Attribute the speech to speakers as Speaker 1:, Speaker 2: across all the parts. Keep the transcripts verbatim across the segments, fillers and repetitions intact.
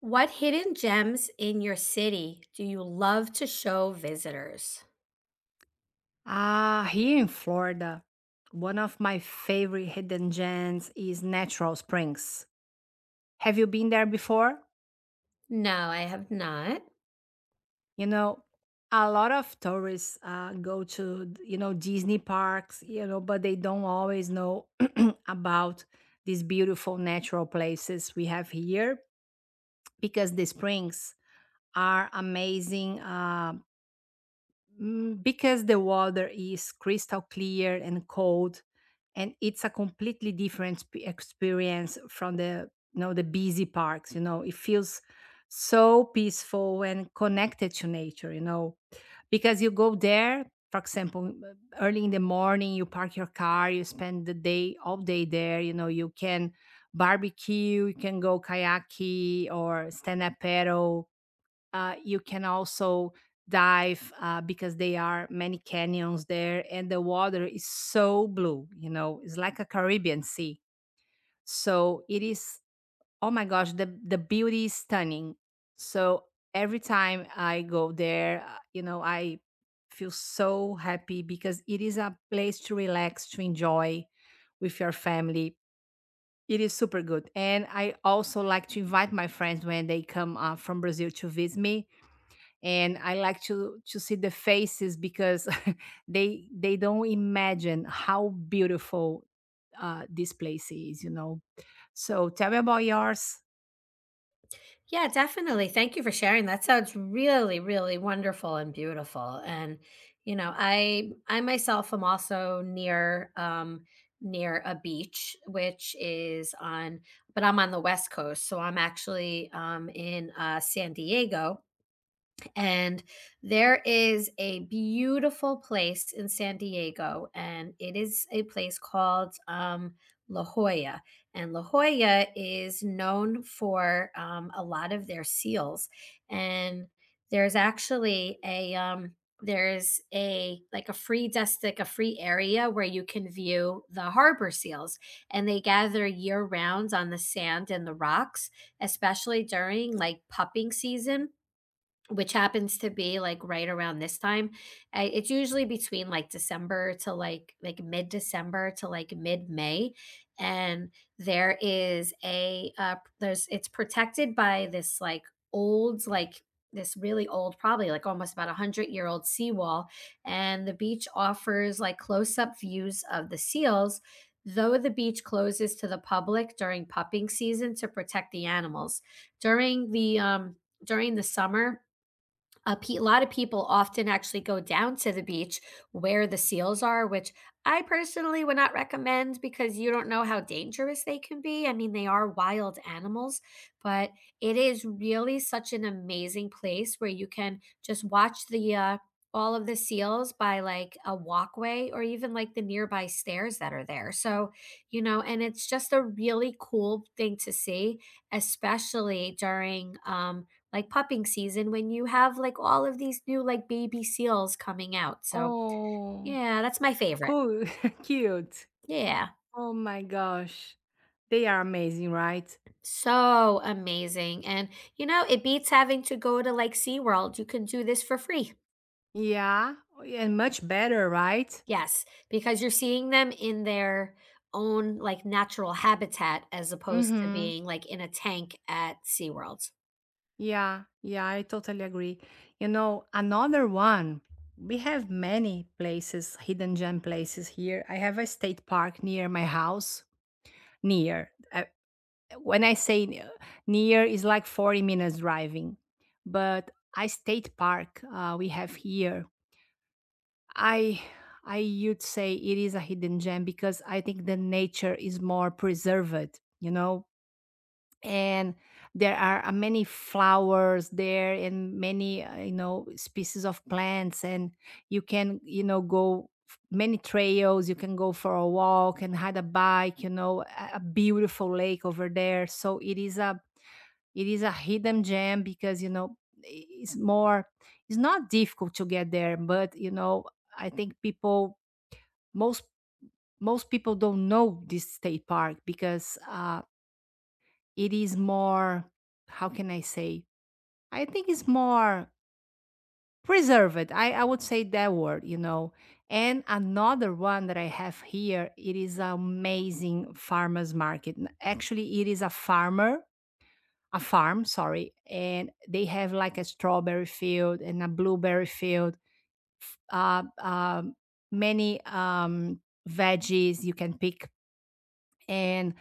Speaker 1: What hidden gems in your city do you love to show visitors?
Speaker 2: Ah, here in Florida, one of my favorite hidden gems is Natural Springs. Have you been there before?
Speaker 1: No, I have not.
Speaker 2: You know, a lot of tourists uh, go to, you know, Disney parks, you know, but they don't always know about these beautiful natural places we have here because the springs are amazing. Uh, Mm, because the water is crystal clear and cold, and it's a completely different p- experience from the, you know, the busy parks. You know, it feels so peaceful and connected to nature, you know, because you go there, for example, uh, early in the morning, you park your car, you spend the day, all day there, you know. You can barbecue, you can go kayaking or stand up paddle, uh, you can also dive, uh, because they are many canyons there and the water is so blue, you know, it's like a Caribbean sea. So it is, oh my gosh, the, the beauty is stunning. So every time I go there, uh, you know, I feel so happy because it is a place to relax, to enjoy with your family. It is super good, and I also like to invite my friends when they come, uh, from Brazil, to visit me. And I like to to see the faces because they they don't imagine how beautiful uh, this place is, you know. So tell me about yours.
Speaker 1: Yeah, definitely. Thank you for sharing. That sounds really, really wonderful and beautiful. And you know, I I myself am also near um near a beach, which is on but I'm on the West Coast. So I'm actually um in uh San Diego. And there is a beautiful place in San Diego, and it is a place called um, La Jolla. And La Jolla is known for um, a lot of their seals. And there's actually a um, there's a, like a free desk, like a free area where you can view the harbor seals, and they gather year round on the sand and the rocks, especially during like pupping season, which happens to be, like, right around this time. I It's usually between, like, December to, like like, mid-December to, like, mid-May, and there is a, uh there's it's protected by this, like, old, like this really old, probably, like, almost about a hundred-year-old seawall, and the beach offers, like, close-up views of the seals, though the beach closes to the public during pupping season to protect the animals. During the, um during the summer, a, pe- a lot of people often actually go down to the beach where the seals are, which I personally would not recommend because you don't know how dangerous they can be. I mean, they are wild animals, but it is really such an amazing place where you can just watch the uh, all of the seals by like a walkway or even like the nearby stairs that are there. So, you know, and it's just a really cool thing to see, especially during um, like pupping season when you have like all of these new like baby seals coming out. So
Speaker 2: Oh.
Speaker 1: yeah, that's my favorite.
Speaker 2: Cool, cute.
Speaker 1: Yeah.
Speaker 2: Oh my gosh, they are amazing, right?
Speaker 1: So amazing. And you know, it beats having to go to like SeaWorld. You can do this for free.
Speaker 2: Yeah, and much better, right?
Speaker 1: Yes, because you're seeing them in their own like natural habitat as opposed to
Speaker 2: Mm-hmm.
Speaker 1: being like in a tank at SeaWorld.
Speaker 2: Yeah, yeah, I totally agree. You know, another one, we have many places, hidden gem places here. I have a state park near my house. Near. Uh, when I say ne- near, is like forty minutes driving. But a state park uh, we have here, I I would say it is a hidden gem because I think the nature is more preserved, you know, and there are uh, many flowers there and many, uh, you know, species of plants. And you can, you know, go f- many trails, you can go for a walk and ride a bike, you know, a, a beautiful lake over there. So it is a, it is a hidden gem because, you know, i- it's more, it's not difficult to get there, but you know, I think people, most most people don't know this state park because uh it is more, how can I say, I think it's more preserved, i, I would say that word, you know. And another one that I have here, it is an amazing farmers market. N- actually it is a farmer, a farm, sorry, and they have like a strawberry field and a blueberry field, uh, um many, um, veggies you can pick, and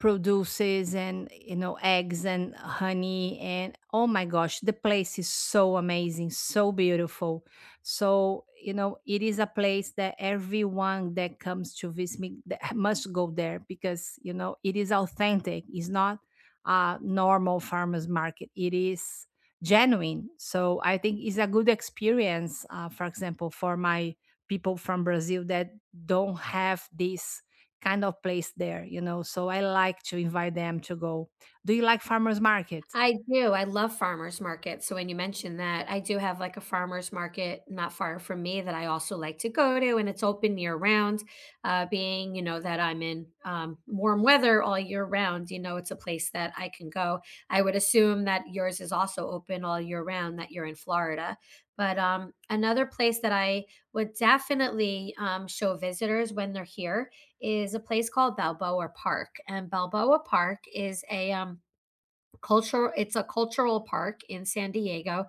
Speaker 2: produces, and you know, eggs and honey. And oh my gosh, the place is so amazing, so beautiful. So you know, it is a place that everyone that comes to visit me that must go there because, you know, it is authentic, it's not a normal farmers market, it is genuine. So I think it's a good experience, uh, for example, for my people from Brazil that don't have this kind of place there, you know. So I like to invite them to go. Do you like farmers market?
Speaker 1: I do, I love farmers markets, so when you mentioned that, I do have, like, a farmers market not far from me that I also like to go to, and it's open year-round, uh, being, you know, that I'm in, um, warm weather all year round, you know, it's a place that I can go. I would assume that yours is also open all year round, that you're in Florida, but, um, another place that I would definitely, um, show visitors when they're here is a place called Balboa Park, and Balboa Park is a, um cultural it's a cultural park in San Diego,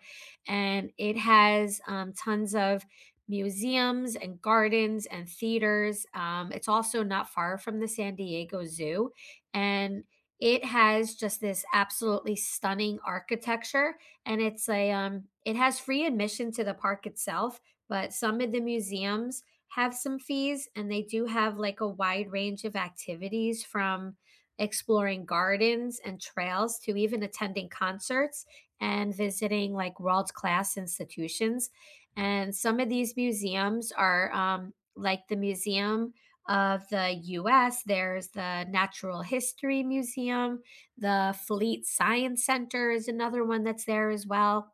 Speaker 1: and it has um, tons of museums and gardens and theaters. Um, it's also not far from the San Diego Zoo, and it has just this absolutely stunning architecture, and it's a um, it has free admission to the park itself, but some of the museums have some fees, and they do have like a wide range of activities from exploring gardens and trails to even attending concerts and visiting like world class institutions. And some of these museums are, um, like the Museum of the U S. There's the Natural History Museum, the Fleet Science Center is another one that's there as well.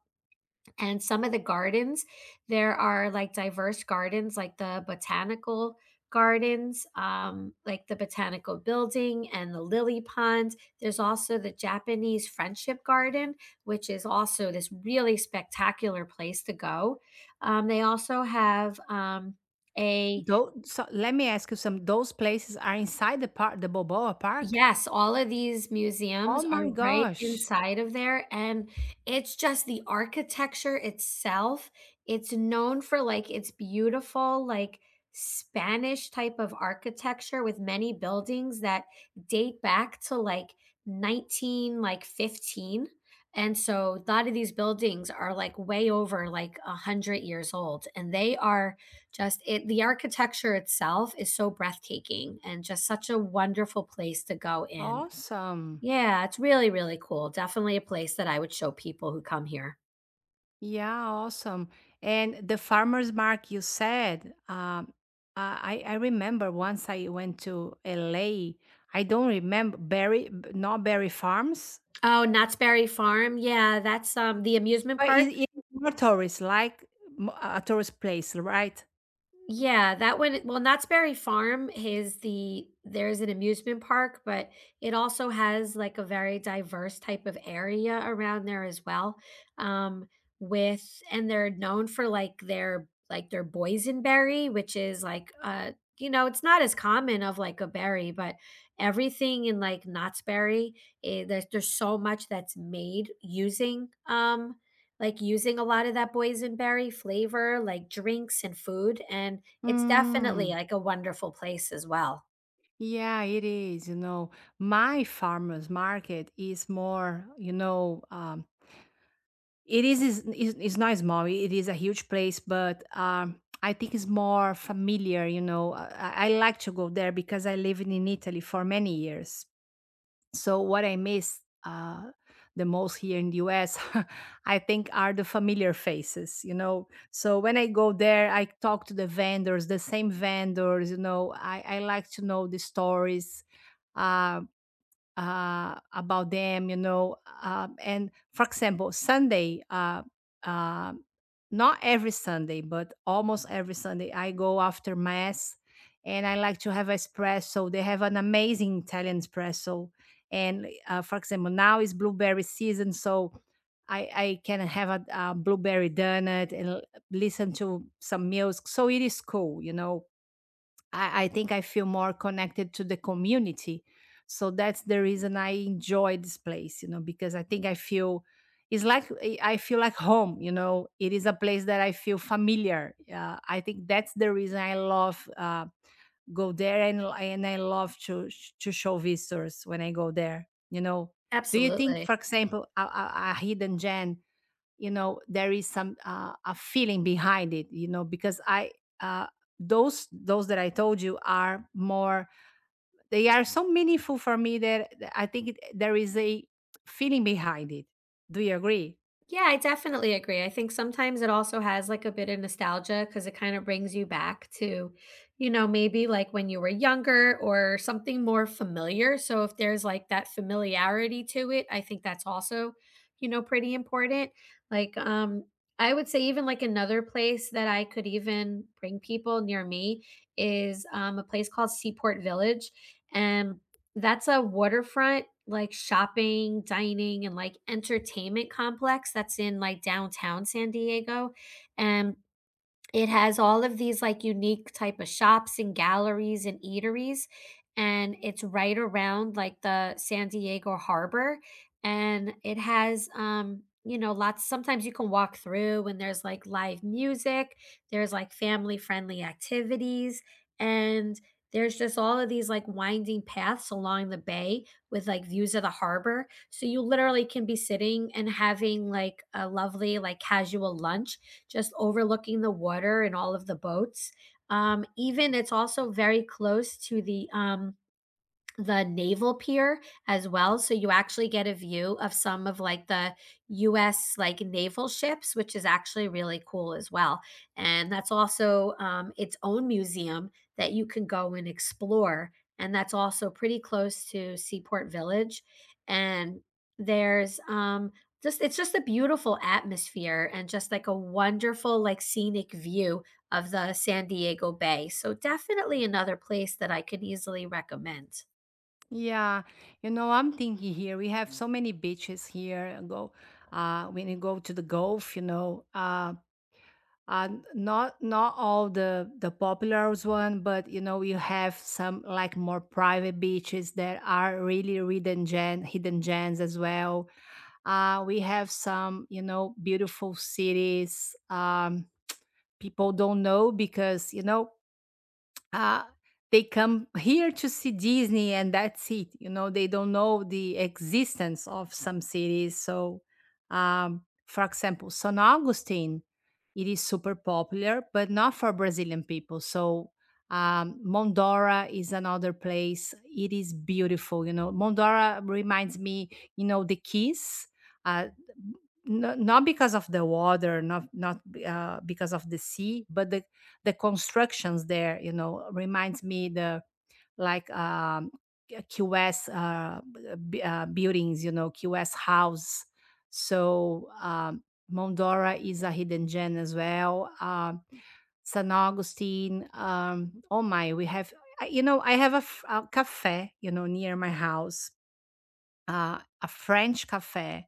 Speaker 1: And some of the gardens, there are like diverse gardens, like the botanical gardens, um, like the botanical building and the lily pond. There's also the Japanese Friendship Garden, which is also this really spectacular place to go. Um, they also have um, a.
Speaker 2: Though, so let me ask you some, those places are inside the park, the Balboa Park?
Speaker 1: Yes, all of these
Speaker 2: Oh
Speaker 1: museums are
Speaker 2: my
Speaker 1: right
Speaker 2: gosh.
Speaker 1: inside of there, and it's just the architecture itself. It's known for, like, its beautiful, like, Spanish type of architecture with many buildings that date back to, like, nineteen, like, fifteen, and so a lot of these buildings are, like, way over, like, one hundred years old, and they are just it the architecture itself is so breathtaking and just such a wonderful place to go in.
Speaker 2: Awesome.
Speaker 1: Yeah, it's really, really cool. Definitely a place that I would show people who come here.
Speaker 2: Yeah, awesome. And the farmers market you said, um, I, I remember once I went to L A. I don't remember berry, b- not berry farms,
Speaker 1: Oh, Knott's Berry Farm? Yeah, that's, um, the amusement
Speaker 2: but
Speaker 1: park?
Speaker 2: it, it's more tourist, like m- a tourist place, right?
Speaker 1: Yeah, that one. Well, Knott's Berry Farm is the there's an amusement park, but it also has, like, a very diverse type of area around there as well, um, with, and they're known for, like, their like, their boysenberry, which is, like, uh, you know, it's not as common of, like, a berry, but everything in, like, Knott's Berry, eh, there's there's so much that's made using, um, like using a lot of that boysenberry flavor, like drinks and food, and it's definitely
Speaker 2: Mm.
Speaker 1: like a wonderful place as well.
Speaker 2: Yeah, it is. You know, my farmers market is more, you know, um, it is, is, is it's not small. It is a huge place, but um, I think it's more familiar. You know, I, I I like to go there because I lived in Italy for many years. So what I miss, uh, the most here in the U S, I think, are the familiar faces. You know, so when I go there, I talk to the vendors, the same vendors. You know, I I like to know the stories. Um, uh, about them, you know. Um, and for example, Sunday, uh, uh, not every Sunday, but almost every Sunday, I go after Mass and I like to have espresso. They have an amazing Italian espresso. And uh, for example, now is blueberry season, so I, I can have a, a blueberry donut and l- listen to some music. So it is cool, you know. I, I think I feel more connected to the community. So that's the reason I enjoy this place, you know, because I think I feel it's like I I feel like home, you know. It is a place that I feel familiar. Uh, I think that's the reason I love, uh, go there, and l- and I love to sh- to show visitors when I go there, you know. Do you think,
Speaker 1: Absolutely.
Speaker 2: for example, a, a, a hidden gem, you know, there is some, uh, a feeling behind it, you know, because I uh, those those that I told you are more, they are so meaningful for me that I think it, there is a feeling behind it. Do you agree?
Speaker 1: Yeah, I definitely agree. I think sometimes it also has like a bit of nostalgia because it kind of brings you back to, you know, maybe like when you were younger or something more familiar. So if there's like that familiarity to it, I think that's also, you know, pretty important. Like, um, I would say even like another place that I could even bring people near me is um, a place called Seaport Village. And that's a waterfront, like, shopping, dining, and, like, entertainment complex that's in, like, downtown San Diego, and it has all of these, like, unique type of shops and galleries and eateries, and it's right around, like, the San Diego harbor, and it has, um, you know, lots sometimes you can walk through and there's, like, live music, there's, like, family-friendly activities, and there's just all of these, like, winding paths along the bay with like views of the harbor. So you literally can be sitting and having like a lovely, like casual lunch, just overlooking the water and all of the boats. Um, even it's also very close to the um, the naval pier as well, so you actually get a view of some of like the U S like naval ships, which is actually really cool as well. And that's also um, its own museum that you can go and explore, and that's also pretty close to Seaport Village. And there's um just it's just a beautiful atmosphere and just like a wonderful like scenic view of the San Diego Bay, so definitely another place that I could easily recommend.
Speaker 2: Yeah, you know, I'm thinking here we have so many beaches here, and go, uh, when you go to the gulf, you know, uh uh, not not all the the popular one, but you know, you have some like more private beaches that are really hidden gem, hidden gems as well. Uh, we have some, you know, beautiful cities, um, people don't know because, you know, uh, they come here to see Disney and that's it. You know, they don't know the existence of some cities. So, um, for example, San Augustine, it is super popular, but not for Brazilian people. So, um, Mondora is another place. It is beautiful. You know, Mondora reminds me, you know, the Keys. Uh, n- Not because of the water, not not, uh, because of the sea, but the the constructions there, you know, reminds me the, like, um, Q- QS, uh, b- uh, buildings, you know, Q S house. So um, Mondora is a hidden gem as well. Um, San Augustine. Um, oh my, we have, I- you know, I have a, f- a cafe, you know, near my house, uh, a French cafe.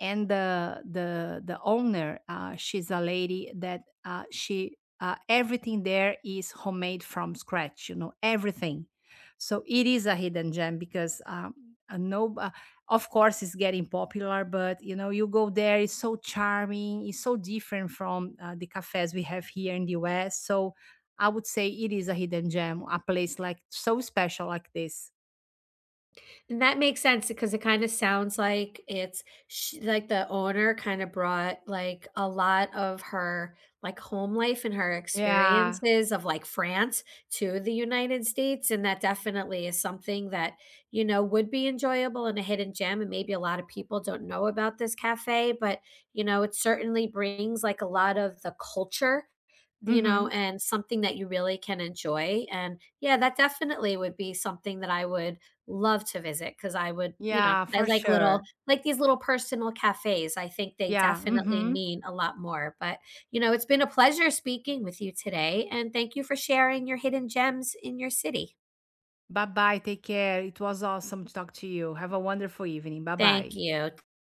Speaker 2: And the the the owner, uh, she's a lady that, uh, she, uh, everything there is homemade from scratch, you know, everything. So it is a hidden gem because, um, uh, no uh, of course it's getting popular, but you know, you go there, it's so charming, it's so different from, uh, the cafes we have here in the US. So I would say it is a hidden gem, a place like so special like this.
Speaker 1: And that makes sense because it kind of sounds like it's sh like the owner kind of brought like a lot of her like home life and her
Speaker 2: Yeah.
Speaker 1: experiences of like France to the United States. And that definitely is something that, you know, would be enjoyable and a hidden gem. And maybe a lot of people don't know about this cafe, but, you know, it certainly brings like a lot of the culture, you know,
Speaker 2: Mm-hmm.
Speaker 1: and something that you really can enjoy. And yeah, that definitely would be something that I would love to visit because I would you know,
Speaker 2: Yeah,
Speaker 1: I
Speaker 2: for
Speaker 1: like little
Speaker 2: sure.
Speaker 1: like these little personal cafes. I think they
Speaker 2: Yeah.
Speaker 1: definitely
Speaker 2: Mm-hmm.
Speaker 1: mean a lot more, but, you know, it's been a pleasure speaking with you today, and thank you for sharing your hidden gems in your city.
Speaker 2: Bye bye. Take care. It was awesome to talk to you. Have a wonderful evening. Bye
Speaker 1: Thank
Speaker 2: bye.
Speaker 1: you.